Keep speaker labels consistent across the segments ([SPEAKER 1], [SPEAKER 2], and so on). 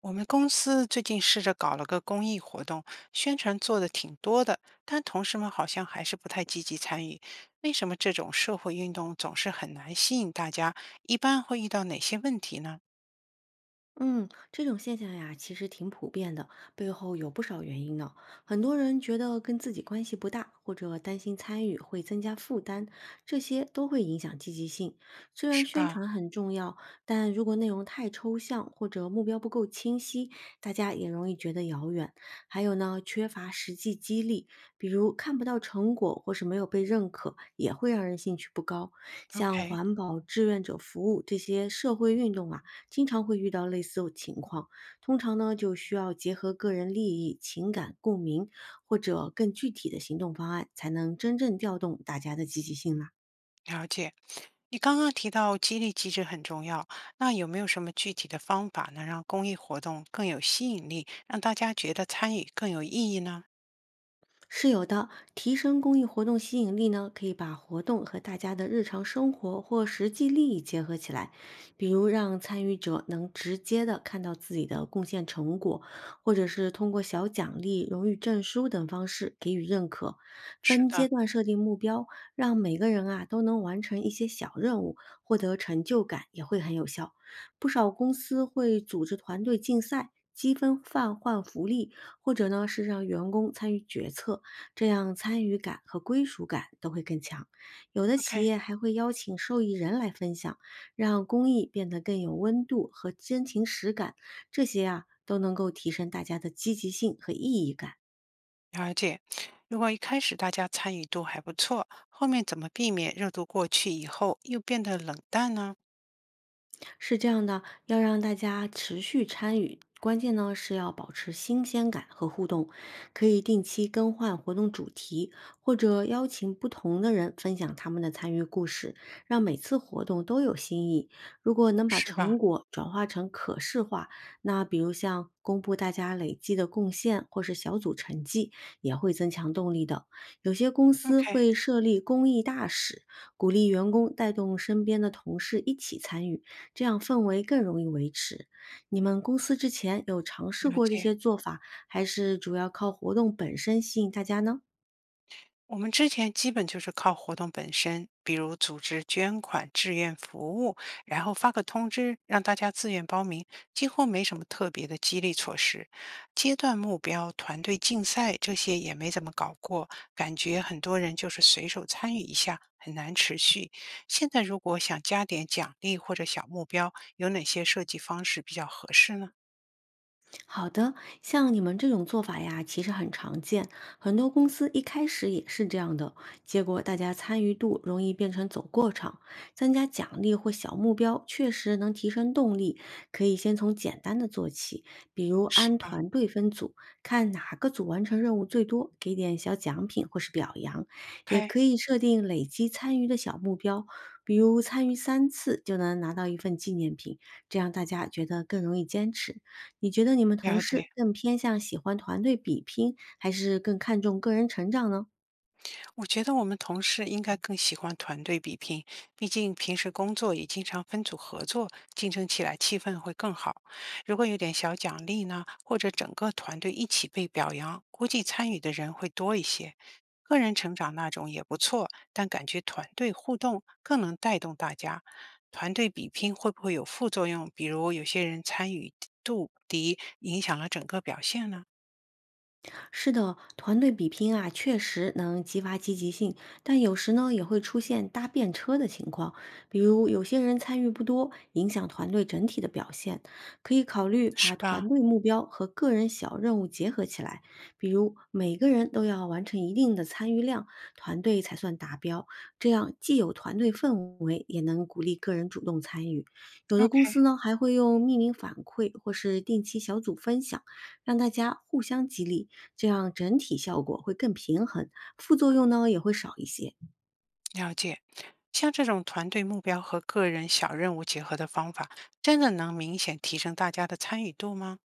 [SPEAKER 1] 我们公司最近试着搞了个公益活动，宣传做的挺多的，但同事们好像还是不太积极参与。为什么这种社会运动总是很难吸引大家？一般会遇到哪些问题呢？
[SPEAKER 2] 嗯，这种现象呀，其实挺普遍的，背后有不少原因呢。很多人觉得跟自己关系不大，或者担心参与会增加负担，这些都会影响积极性。虽然
[SPEAKER 1] 是
[SPEAKER 2] 宣
[SPEAKER 1] 吧？
[SPEAKER 2] 传很重要，但如果内容太抽象或者目标不够清晰，大家也容易觉得遥远。还有呢，缺乏实际激励，比如看不到成果或是没有被认可，也会让人兴趣不高。像
[SPEAKER 1] OK，
[SPEAKER 2] 环保、志愿者服务这些社会运动啊。经常会遇到类似情况。通常呢，就需要结合个人利益、情感共鸣，或者更具体的行动方案，才能真正调动大家的积极性啦。
[SPEAKER 1] 了解。你刚刚提到激励机制很重要，那有没有什么具体的方法能让公益活动更有吸引力，让大家觉得参与更有意义呢？
[SPEAKER 2] 是有的，提升公益活动吸引力呢，可以把活动和大家的日常生活或实际利益结合起来，比如让参与者能直接的看到自己的贡献成果，或者是通过小奖励、荣誉证书等方式给予认可。
[SPEAKER 1] 是
[SPEAKER 2] 分阶
[SPEAKER 1] 的
[SPEAKER 2] 段设定目标，让每个人啊都能完成一些小任务，获得成就感也会很有效。不少公司会组织团队竞赛。积分换福利，或者呢是让员工参与决策，这样参与感和归属感都会更强。有的企
[SPEAKER 1] ，OK。
[SPEAKER 2] 业还会邀请受益人来分享，让公益变得更有温度和真情实感，这些啊都能够提升大家的积极性和意义感。
[SPEAKER 1] 了解，如果一开始大家参与度还不错，后面怎么避免热度过去以后又变得冷淡呢？
[SPEAKER 2] 是这样的，要让大家持续参与，关键呢是要保持新鲜感和互动，可以定期更换活动主题，或者邀请不同的人分享他们的参与故事，让每次活动都有新意。如果能把
[SPEAKER 1] 是吧
[SPEAKER 2] 成果转化成可视化，那比如像公布大家累计的贡献或是小组成绩，也会增强动力的。有些公司
[SPEAKER 1] ？OK，
[SPEAKER 2] 会设立公益大使，鼓励员工带动身边的同事一起参与。这样氛围更容易维持。你们公司之前有尝试
[SPEAKER 1] 了
[SPEAKER 2] 过这
[SPEAKER 1] 解。
[SPEAKER 2] 些做法，还是主要靠活动本身吸引大家呢？
[SPEAKER 1] 我们之前基本就是靠活动本身，比如组织捐款、志愿服务，然后发个通知让大家自愿报名，几乎没什么特别的激励措施。阶段目标、团队竞赛这些也没怎么搞过，感觉很多人就是随手参与一下，很难持续。现在如果想加点奖励或者小目标，有哪些设计方式比较合适呢？
[SPEAKER 2] 好的，像你们这种做法呀，其实很常见，很多公司一开始也是这样的，结果大家参与度容易变成走过场。增加奖励或小目标确实能提升动力，可以先从简单的做起，比如
[SPEAKER 1] 是
[SPEAKER 2] 按
[SPEAKER 1] 吧，
[SPEAKER 2] 团队分组，看哪个组完成任务最多，给点小奖品或是表扬。也
[SPEAKER 1] o，
[SPEAKER 2] 可以设定累积参与的小目标，比如参与三次就能拿到一份纪念品，这样大家觉得更容易坚持。你觉得你们同
[SPEAKER 1] 了解。
[SPEAKER 2] 事更偏向喜欢团队比拼，还是更看重个人成长呢？
[SPEAKER 1] 我觉得我们同事应该更喜欢团队比拼，毕竟平时工作也经常分组合作，竞争起来气氛会更好。如果有点小奖励呢，或者整个团队一起被表扬，估计参与的人会多一些。个人成长那种也不错，但感觉团队互动更能带动大家。团队比拼会不会有副作用？比如有些人参与度低，影响了整个表现呢？
[SPEAKER 2] 是的，团队比拼啊，确实能激发积极性，但有时呢也会出现搭便车的情况，比如有些人参与不多，影响团队整体的表现。可以考虑把
[SPEAKER 1] 是吧
[SPEAKER 2] 团队目标和个人小任务结合起来，比如每个人都要完成一定的参与量，团队才算达标。这样既有团队氛围，也能鼓励个人主动参与。有的公
[SPEAKER 1] ？OK，
[SPEAKER 2] 司呢还会用匿名反馈或是定期小组分享。让大家互相激励，这样整体效果会更平衡，副作用呢也会少一些。
[SPEAKER 1] 了解，像这种团队目标和个人小任务结合的方法，真的能明显提升大家的参与度吗？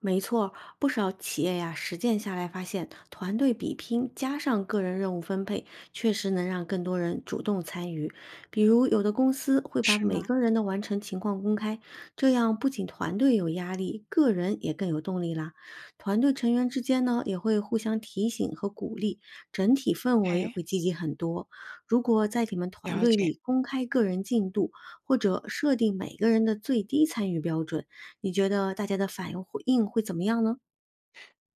[SPEAKER 2] 没错，不少企业呀，实践下来发现，团队比拼加上个人任务分配，确实能让更多人主动参与。比如，有的公司会把
[SPEAKER 1] 是
[SPEAKER 2] 每
[SPEAKER 1] 吗？
[SPEAKER 2] 个人的完成情况公开，这样不仅团队有压力，个人也更有动力啦。团队成员之间呢，也会互相提醒和鼓励，整体氛围
[SPEAKER 1] 哎，
[SPEAKER 2] 会积极很多。如果在你们团
[SPEAKER 1] 了
[SPEAKER 2] 队
[SPEAKER 1] 解。
[SPEAKER 2] 里公开个人进度，或者设定每个人的最低参与标准，你觉得大家的反应会怎么样呢？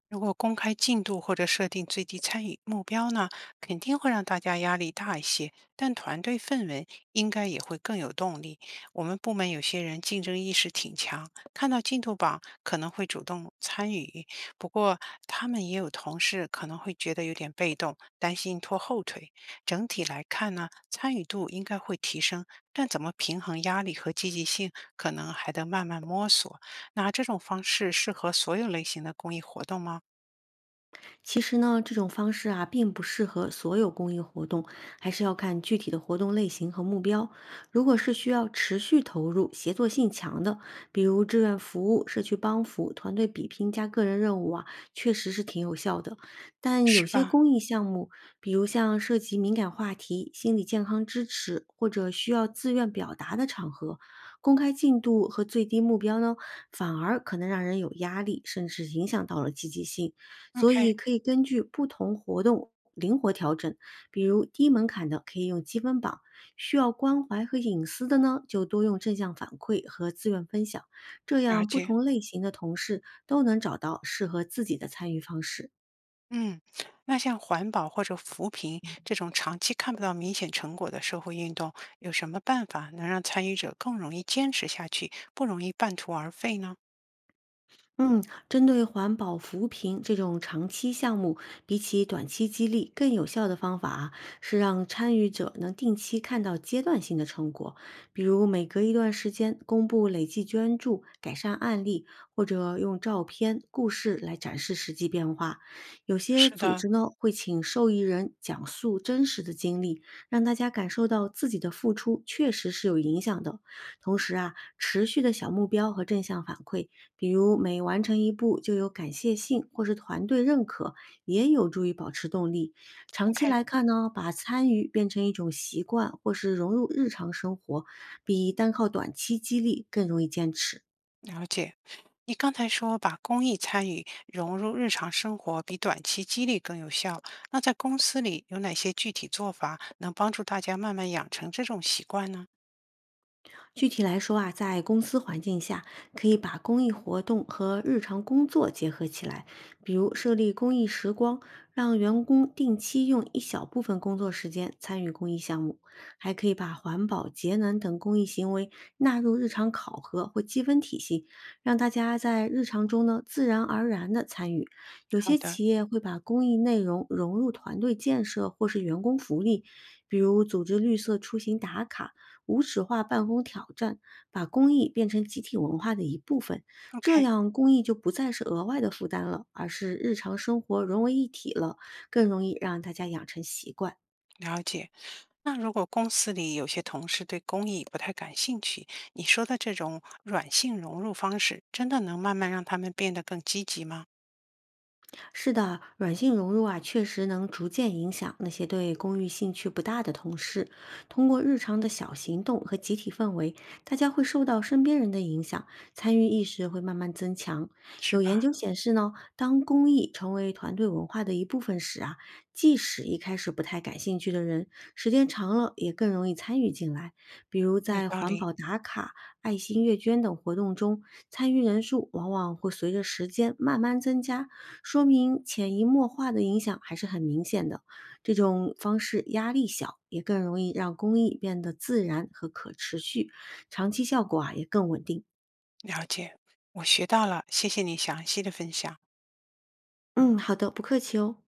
[SPEAKER 1] 如果公开进度或者设定最低参与目标呢，肯定会让大家压力大一些，但团队氛围应该也会更有动力。我们部门有些人竞争意识挺强，看到进度榜可能会主动参与，不过他们也有同事可能会觉得有点被动，担心拖后腿。整体来看呢，参与度应该会提升，但怎么平衡压力和积极性，可能还得慢慢摸索。那这种方式适合所有类型的公益活动吗？
[SPEAKER 2] 其实呢，这种方式啊，并不适合所有公益活动，还是要看具体的活动类型和目标。如果是需要持续投入、协作性强的，比如志愿服务、社区帮扶、团队比拼加个人任务啊，确实是挺有效的。但有
[SPEAKER 1] 是
[SPEAKER 2] 些
[SPEAKER 1] 吧
[SPEAKER 2] 公益项目，比如像涉及敏感话题、心理健康支持或者需要自愿表达的场合，公开进度和最低目标呢，反而可能让人有压力，甚至影响到了积极性。所
[SPEAKER 1] ？OK，
[SPEAKER 2] 以可以根据不同活动灵活调整。比如低门槛的可以用积分榜，需要关怀和隐私的呢，就多用正向反馈和自愿分享，这
[SPEAKER 1] 了
[SPEAKER 2] 样不
[SPEAKER 1] 解。
[SPEAKER 2] 同类型的同事都能找到适合自己的参与方式。
[SPEAKER 1] 嗯，那像环保或者扶贫这种长期看不到明显成果的社会运动，有什么办法能让参与者更容易坚持下去，不容易半途而废呢？
[SPEAKER 2] 嗯，针对环保扶贫这种长期项目，比起短期激励，更有效的方法啊，是让参与者能定期看到阶段性的成果，比如每隔一段时间公布累计捐助、改善案例，或者用照片、故事来展示实际变化。有些
[SPEAKER 1] 是
[SPEAKER 2] 组
[SPEAKER 1] 的
[SPEAKER 2] 织呢，会请受益人讲述真实的经历，让大家感受到自己的付出确实是有影响的。同时啊，持续的小目标和正向反馈。比如每完成一步就有感谢信或是团队认可，也有助于保持动力。长期
[SPEAKER 1] ，OK，
[SPEAKER 2] 来看呢，把参与变成一种习惯或是融入日常生活，比单靠短期激励更容易坚持。
[SPEAKER 1] 了解。你刚才说把公益参与融入日常生活比短期激励更有效，那在公司里有哪些具体做法能帮助大家慢慢养成这种习惯呢？
[SPEAKER 2] 具体来说啊，在公司环境下，可以把公益活动和日常工作结合起来，比如设立公益时光，让员工定期用一小部分工作时间参与公益项目；还可以把环保、节能等公益行为纳入日常考核或积分体系，让大家在日常中呢自然而然的参与。有
[SPEAKER 1] 好
[SPEAKER 2] 些
[SPEAKER 1] 的
[SPEAKER 2] 企业会把公益内容融入团队建设或是员工福利，比如组织绿色出行打卡。无纸化办公挑战，把公益变成集体文化的一部分。这
[SPEAKER 1] ，OK。
[SPEAKER 2] 样，公益就不再是额外的负担了，而是日常生活融为一体了，更容易让大家养成习惯。
[SPEAKER 1] 了解。那如果公司里有些同事对公益不太感兴趣，你说的这种软性融入方式，真的能慢慢让他们变得更积极吗？
[SPEAKER 2] 是的，软性融入啊，确实能逐渐影响那些对公寓兴趣不大的同事。通过日常的小行动和集体氛围，大家会受到身边人的影响，参与意识会慢慢增强。
[SPEAKER 1] 是
[SPEAKER 2] 有研
[SPEAKER 1] 吧？
[SPEAKER 2] 究显示呢，当公益成为团队文化的一部分时啊，即使一开始不太感兴趣的人，时间长了也更容易参与进来。比如
[SPEAKER 1] 有
[SPEAKER 2] 在
[SPEAKER 1] 道
[SPEAKER 2] 环
[SPEAKER 1] 理，
[SPEAKER 2] 保打卡、爱心阅捐等活动中，参与人数往往会随着时间慢慢增加，说明潜移默化的影响还是很明显的。这种方式压力小，也更容易让公益变得自然和可持续，长期效果啊也更稳定。
[SPEAKER 1] 了解，我学到了，谢谢你详细的分享。
[SPEAKER 2] 嗯，好的，不客气哦。